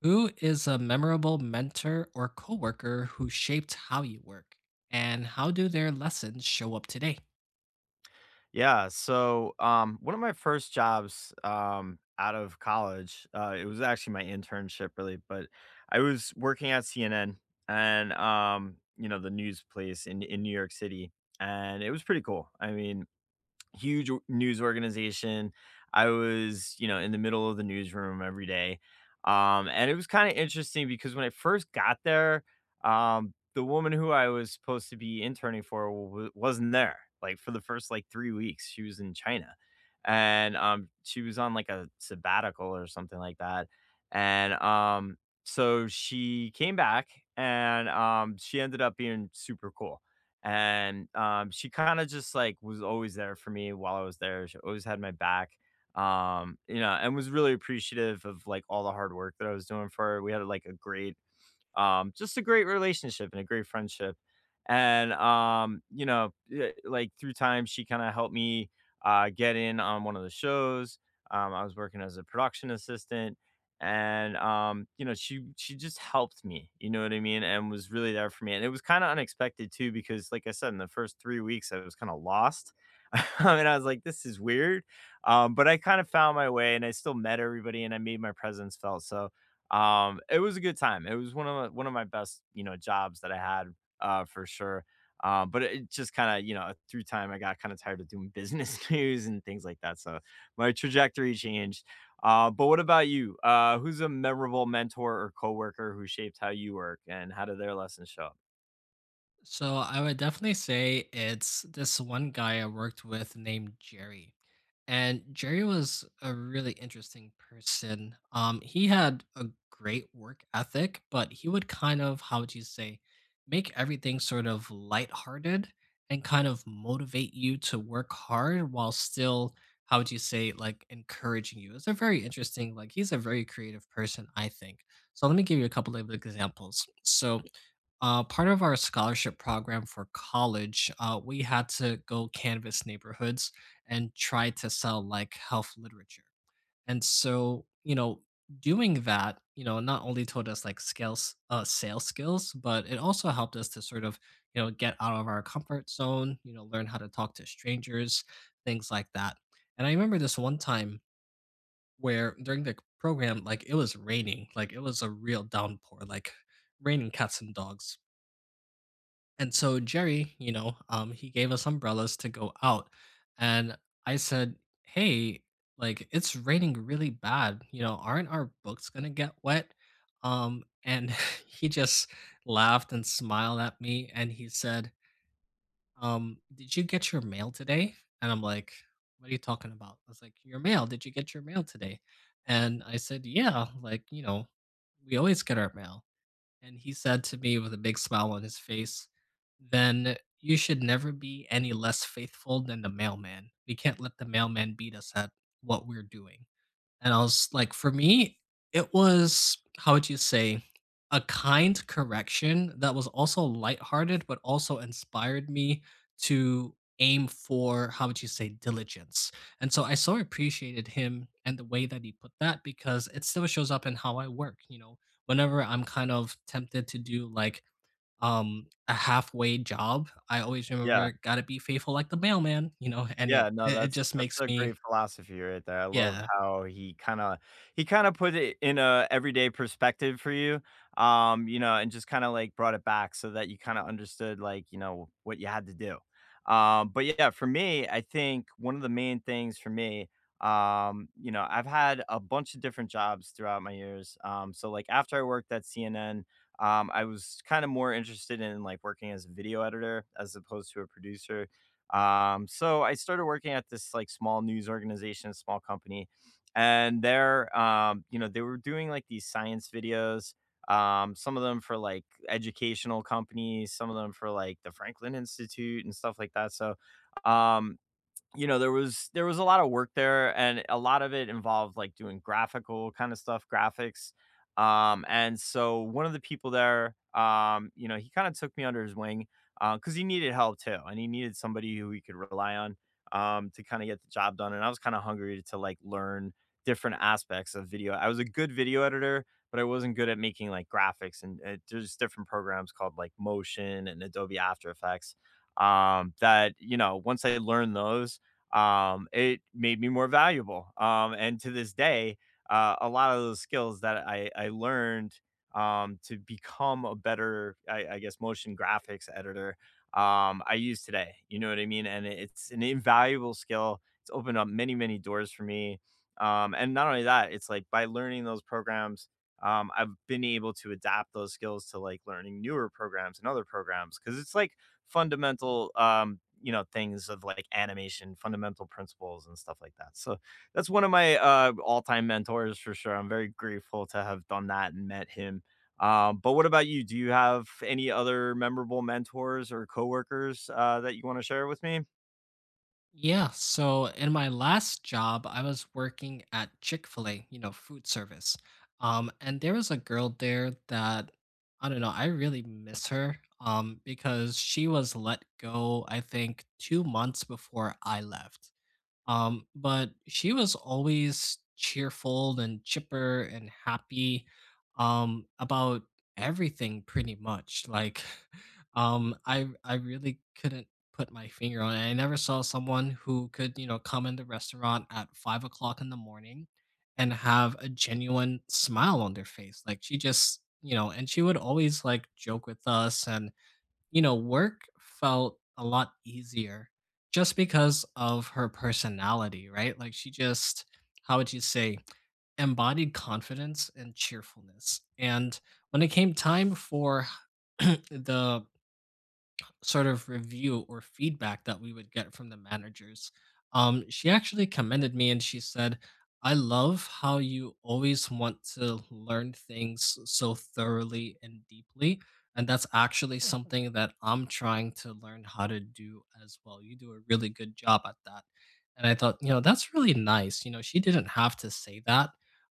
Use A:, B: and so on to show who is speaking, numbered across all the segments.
A: Who is a memorable mentor or coworker who shaped how you work? And how do their lessons show up today?
B: One of my first jobs, out of college, it was actually my internship really, but I was working at CNN and, the news place in New York City, and it was pretty cool. I mean, news organization. I was, you know, in the middle of the newsroom every day. And it was kind of interesting because when I first got there, the woman who I was supposed to be interning for wasn't there. Like for the first like 3 weeks, she was in China, and she was on like a sabbatical or something like that. And so she came back, and she ended up being super cool and, she kinda just, like, was always there for me while I was there, she always had my back, and was really appreciative of, like, all the hard work that I was doing for her. We had, like, a great just a great relationship and a great friendship. And, like through time, she kinda helped me, get in on one of the shows. I was working as a production assistant and, she just helped me, you know what I mean, and was really there for me. And it was kinda unexpected too because, like I said, in the first 3 weeks, I was kinda lost. And I was like, "This is weird." But I kind of found my way, and I still met everybody and I made my presence felt. So it was a good time. It was one of my best, you know, jobs that I had, for sure. But it just kind of, you know, through time, I got kind of tired of doing business news and things like that. So my trajectory changed. But what about you? Who's a memorable mentor or coworker who shaped how you work, and how did their lessons show up?
A: So I would definitely say it's this one guy I worked with named Jerry. And Jerry was a really interesting person. He had a great work ethic, but he would kind of, how would you say, make everything sort of lighthearted and kind of motivate you to work hard while still, how would you say, like encouraging you. It's a very interesting, like he's a very creative person, I think. So let me give you a couple of examples. So part of our scholarship program for college, we had to go canvas neighborhoods and try to sell like health literature. And so, you know, doing that, you know, not only taught us like skills, sales skills, but it also helped us to sort of, you know, get out of our comfort zone, you know, learn how to talk to strangers, things like that. And I remember this one time where during the program, like it was raining, like it was a real downpour, like raining cats and dogs, and so Jerry, you know, he gave us umbrellas to go out. And I said, "Hey, like it's raining really bad. You know, aren't our books gonna get wet?" And he just laughed and smiled at me and he said, "Um, did you get your mail today?" And I'm like, "What are you talking about?" I was like, "Your mail, did you get your mail today?" And I said, "Yeah, like, you know, we always get our mail." And he said to me with a big smile on his face, "Then you should never be any less faithful than the mailman. We can't let the mailman beat us at what we're doing." And I was like, for me, it was, how would you say, a kind correction that was also lighthearted, but also inspired me to aim for, how would you say, diligence. And so I so appreciated him and the way that he put that because it still shows up in how I work. You know, whenever I'm kind of tempted to do like, a halfway job, I always
B: Yeah,
A: remember, gotta be faithful like the mailman, you know, and it
B: Yeah, no,
A: it, it
B: that's
A: just
B: that's
A: makes
B: a
A: me
B: great philosophy right there. I love
A: yeah.
B: how he kinda put it in a everyday perspective for you, and just kinda, like, brought it back so that you kinda understood, like, you know, what you had to do. But yeah, for me, I think one of the main things for me, I've had a bunch of different jobs throughout my years, so, like, after I worked at CNN, I was kinda more interested in, like, working as a video editor as opposed to a producer. So I started working at this like small news organization, small company, and they're they were doing like these science videos. Some of them for like educational companies, some of them for like the Franklin Institute and stuff like that. So um you know, there was a lot of work there, and a lot of it involved, like, doing graphical kind of stuff, graphics, and so one of the people there, he kinda took me under his wing, because he needed help too, and he needed somebody who he could rely on, to kinda get the job done, and I was kinda hungry to, like, learn different aspects of video. I was a good video editor, but I wasn't good at making, like, graphics, and, there's different programs called, like, Motion and Adobe After Effects, that, you know, once I learned those, it made me more valuable. And to this day, a lot of those skills that I learned to become a better, I guess, motion graphics editor, I use today. You know what I mean? And it's an invaluable skill. It's opened up many, many doors for me. And not only that, it's like by learning those programs, I've been able to adapt those skills to like learning newer programs and other programs because it's like fundamental, things of like animation, fundamental principles and stuff like that. So that's one of my all-time mentors for sure. I'm very grateful to have done that and met him. But what about you? Do you have any other memorable mentors or coworkers that you want to share with me?
A: Yeah, so in my last job, I was working at Chick-fil-A, you know, food service. And there was a girl there that, I don't know, I really miss her because she was let go, I think, 2 months before I left. But she was always cheerful and chipper and happy about everything pretty much. Like um, I really couldn't put my finger on it. I never saw someone who could, you know, come in the restaurant at 5 o'clock in the morning and have a genuine smile on their face. Like she just, you know, and she would always like joke with us, and you know, work felt a lot easier just because of her personality, right? Like she just, how would you say, embodied confidence and cheerfulness. And when it came time for the sort of review or feedback that we would get from the managers. She actually commended me and she said, "I love how you always want to learn things so thoroughly and deeply. And that's actually something that I'm trying to learn how to do as well. You do a really good job at that." And I thought, you know, that's really nice. You know, she didn't have to say that.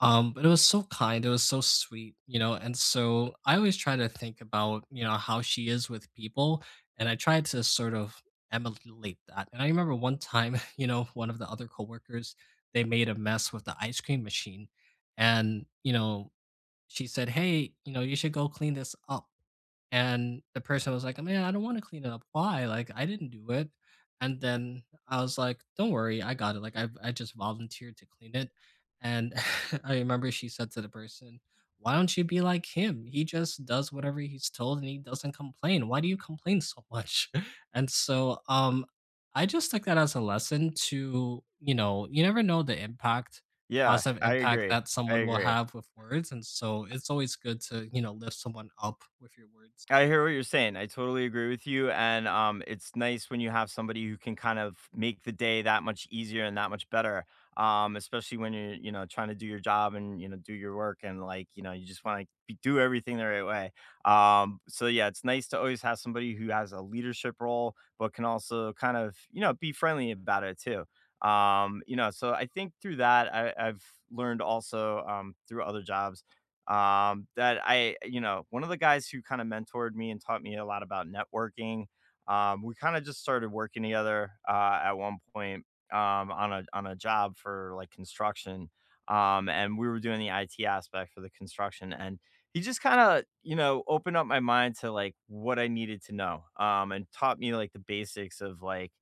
A: But it was so kind, it was so sweet, you know. And so I always try to think about, you know, how she is with people, and I tried to sort of emulate that. And I remember one time, you know, one of the other coworkers, they made a mess with the ice cream machine. And, you know, she said, "Hey, you know, you should go clean this up." And the person was like, "Oh, man, I don't wanna clean it up. Why? Like, I didn't do it." And then I was like, "Don't worry, I got it." Like, I just volunteered to clean it. And I remember she said to the person, "Why don't you be like him? He just does whatever he's told and he doesn't complain. Why do you complain so much?" And so, I just took that as a lesson to, you know, you never know the impact,
B: Yeah,
A: positive
B: I
A: impact
B: agree.
A: that
B: I
A: someone will
B: agree.
A: have with words, and so it's always good to, you know, lift someone up with your words.
B: I hear what you're saying. I totally agree with you. And It's nice when you have somebody who can kind of make the day that much easier and that much better. Especially when you're, you know, trying to do your job and, you know, do your work and like, you know, you just want to do everything the right way. So yeah, it's nice to always have somebody who has a leadership role, but can also kind of, you know, be friendly about it too. So I think through that, I've learned also through other jobs that I, you know, one of the guys who kind of mentored me and taught me a lot about networking. We kind of just started working together at one point on a job for like construction, and we were doing the IT aspect for the construction, and he just kind of, you know, opened up my mind to like what I needed to know, and taught me like the basics of like,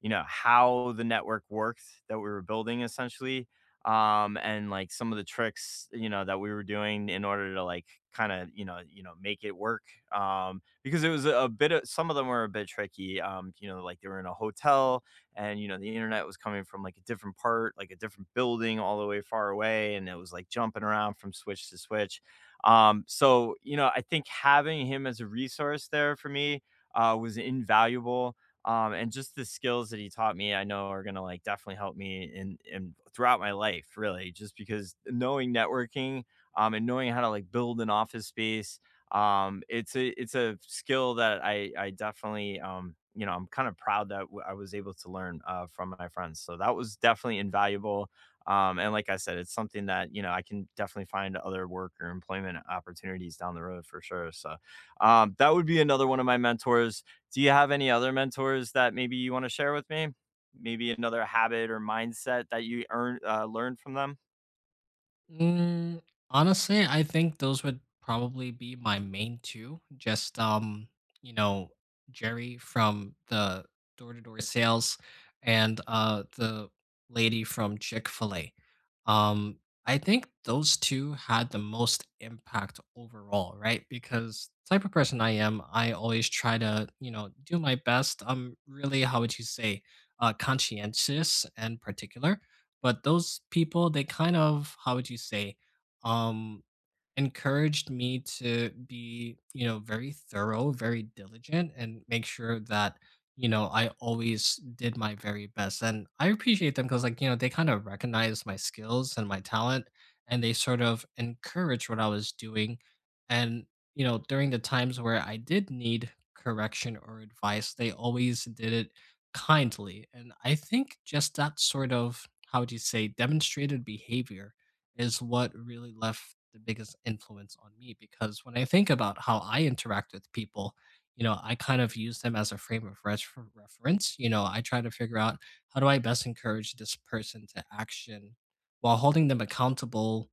B: you know, how the network worked that we were building essentially, and like some of the tricks, you know, that we were doing in order to like kind of, you know, make it work, because it was a bit of, some of them were a bit tricky, you know, like they were in a hotel, and you know the internet was coming from like a different part, like a different building all the way far away, and it was like jumping around from switch to switch, so you know I think having him as a resource there for me was invaluable. And just the skills that he taught me, I know are gonna like definitely help me in throughout my life, really, just because knowing networking and knowing how to like build an office space, it's a skill that I definitely you know, I'm kind of proud that I was able to learn from my friends. So that was definitely invaluable. And like I said, it's something that you know I can definitely find other work or employment opportunities down the road for sure. So that would be another one of my mentors. Do you have any other mentors that maybe you want to share with me? Maybe another habit or mindset that you earn learned from them?
A: Mm, honestly, I think those would probably be my main two. Just you know, Jerry from the door-to-door sales and the lady from Chick-fil-A. Um, I think those two had the most impact overall, right? Because type of person I am, I always try to, you know, do my best. I'm really, how would you say, conscientious and particular, but those people, they kind of, how would you say, um encouraged me to be, you know, very thorough, very diligent, and make sure that, you know, I always did my very best. And I appreciate them because, like, you know, they kind of recognized my skills and my talent, and they sort of encouraged what I was doing. And, you know, during the times where I did need correction or advice, they always did it kindly. And I think just that sort of, how would you say, demonstrated behavior is what really left the biggest influence on me, because when I think about how I interact with people, you know, I kind of use them as a frame of reference. You know, I try to figure out how do I best encourage this person to action while holding them accountable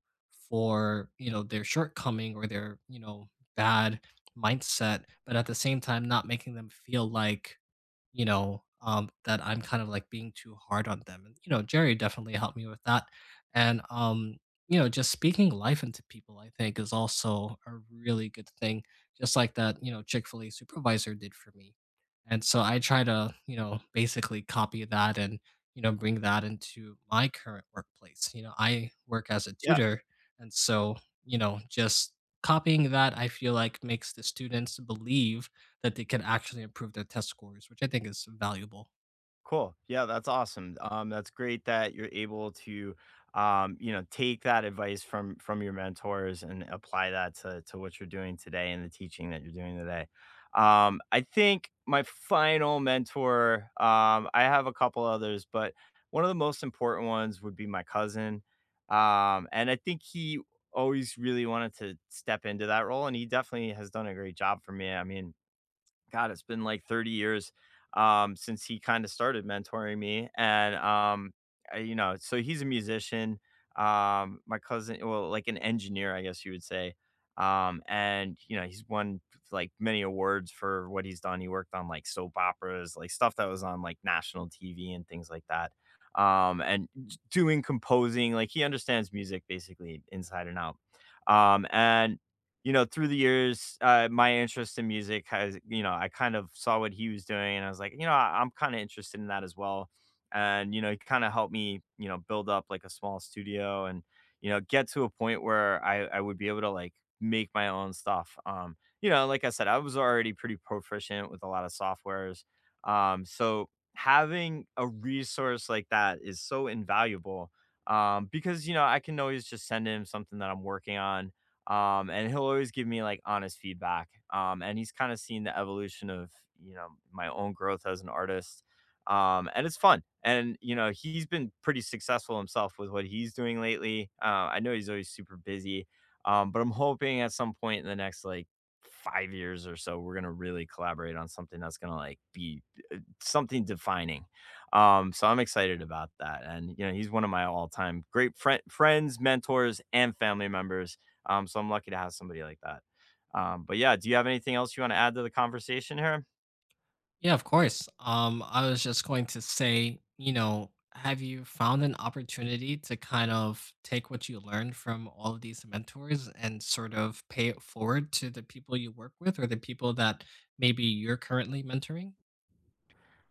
A: for, you know, their shortcoming or their, you know, bad mindset, but at the same time, not making them feel like, you know, that I'm kind of like being too hard on them. And, you know, Jerry definitely helped me with that. And, you know, just speaking life into people, I think, is also a really good thing, just like that, you know, Chick fil A supervisor did for me. And so I try to, you know, basically copy that and, you know, bring that into my current workplace. You know, I work as a
B: Yeah,
A: tutor. And so, you know, just copying that, I feel like makes the students believe that they can actually improve their test scores, which I think is valuable.
B: cool. Yeah, that's awesome. That's great that you're able to, take that advice from your mentors and apply that to what you're doing today and the teaching that you're doing today. I think my final mentor, I have a couple others, but one of the most important ones would be my cousin. And I think he always really wanted to step into that role, and he definitely has done a great job for me. I mean, God, it's been like 30 years since he kind of started mentoring me. I, you know, so he's a musician. My cousin, well, like an engineer, I guess you would say. And, you know, he's won like many awards for what he's done. He worked on like soap operas, like stuff that was on like national TV and things like that. And doing composing, like he understands music basically inside and out. And you know, through the years, my interest in music has, you know, I kind of saw what he was doing and I was like, you know, I'm kind of interested in that as well. And, you know, he kind of helped me, you know, build up like a small studio and, you know, get to a point where I would be able to like make my own stuff. You know, like I said, I was already pretty proficient with a lot of softwares. So having a resource like that is so invaluable. Because you know, I can always just send him something that I'm working on, and he'll always give me like honest feedback. And he's kind of seen the evolution of, you know, my own growth as an artist, and it's fun. And you know he's been pretty successful himself with what he's doing lately. I know he's always super busy, but I'm hoping at some point in the next like 5 years or so, we're gonna really collaborate on something that's gonna like be something defining. So I'm excited about that. And you know, he's one of my all-time friends, mentors, and family members. So I'm lucky to have somebody like that. But yeah, do you have anything else you want to add to the conversation here?
A: Yeah, of course. I was just going to say, you know, have you found an opportunity to kind of take what you learned from all of these mentors and sort of pay it forward to the people you work with or the people that maybe you're currently mentoring?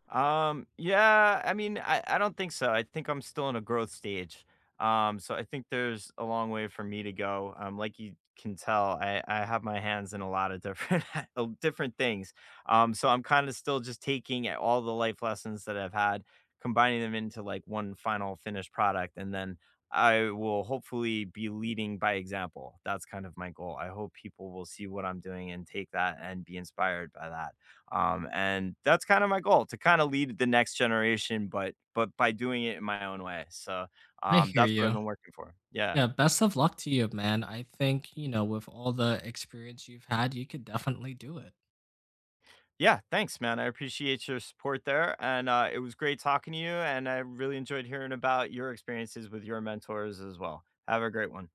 B: Yeah, I mean, I don't think so. I think I'm still in a growth stage. So I think there's a long way for me to go. Like you can tell, I have my hands in a lot of different different things. So I'm kind of still just taking all the life lessons that I've had, combining them into like one final finished product, and then I will hopefully be leading by example. That's kind of my goal. I hope people will see what I'm doing and take that and be inspired by that. And that's kind of my goal to kind of lead the next generation, but by doing it in my own way. So,
A: I
B: um,
A: hear
B: that's what I've
A: you.
B: been working for. Yeah.
A: Yeah, best of luck to you, man. I think, you know, with all the experience you've had, you could definitely do it.
B: Yeah. Thanks, man. I appreciate your support there. And it was great talking to you. And I really enjoyed hearing about your experiences with your mentors as well. Have a great one.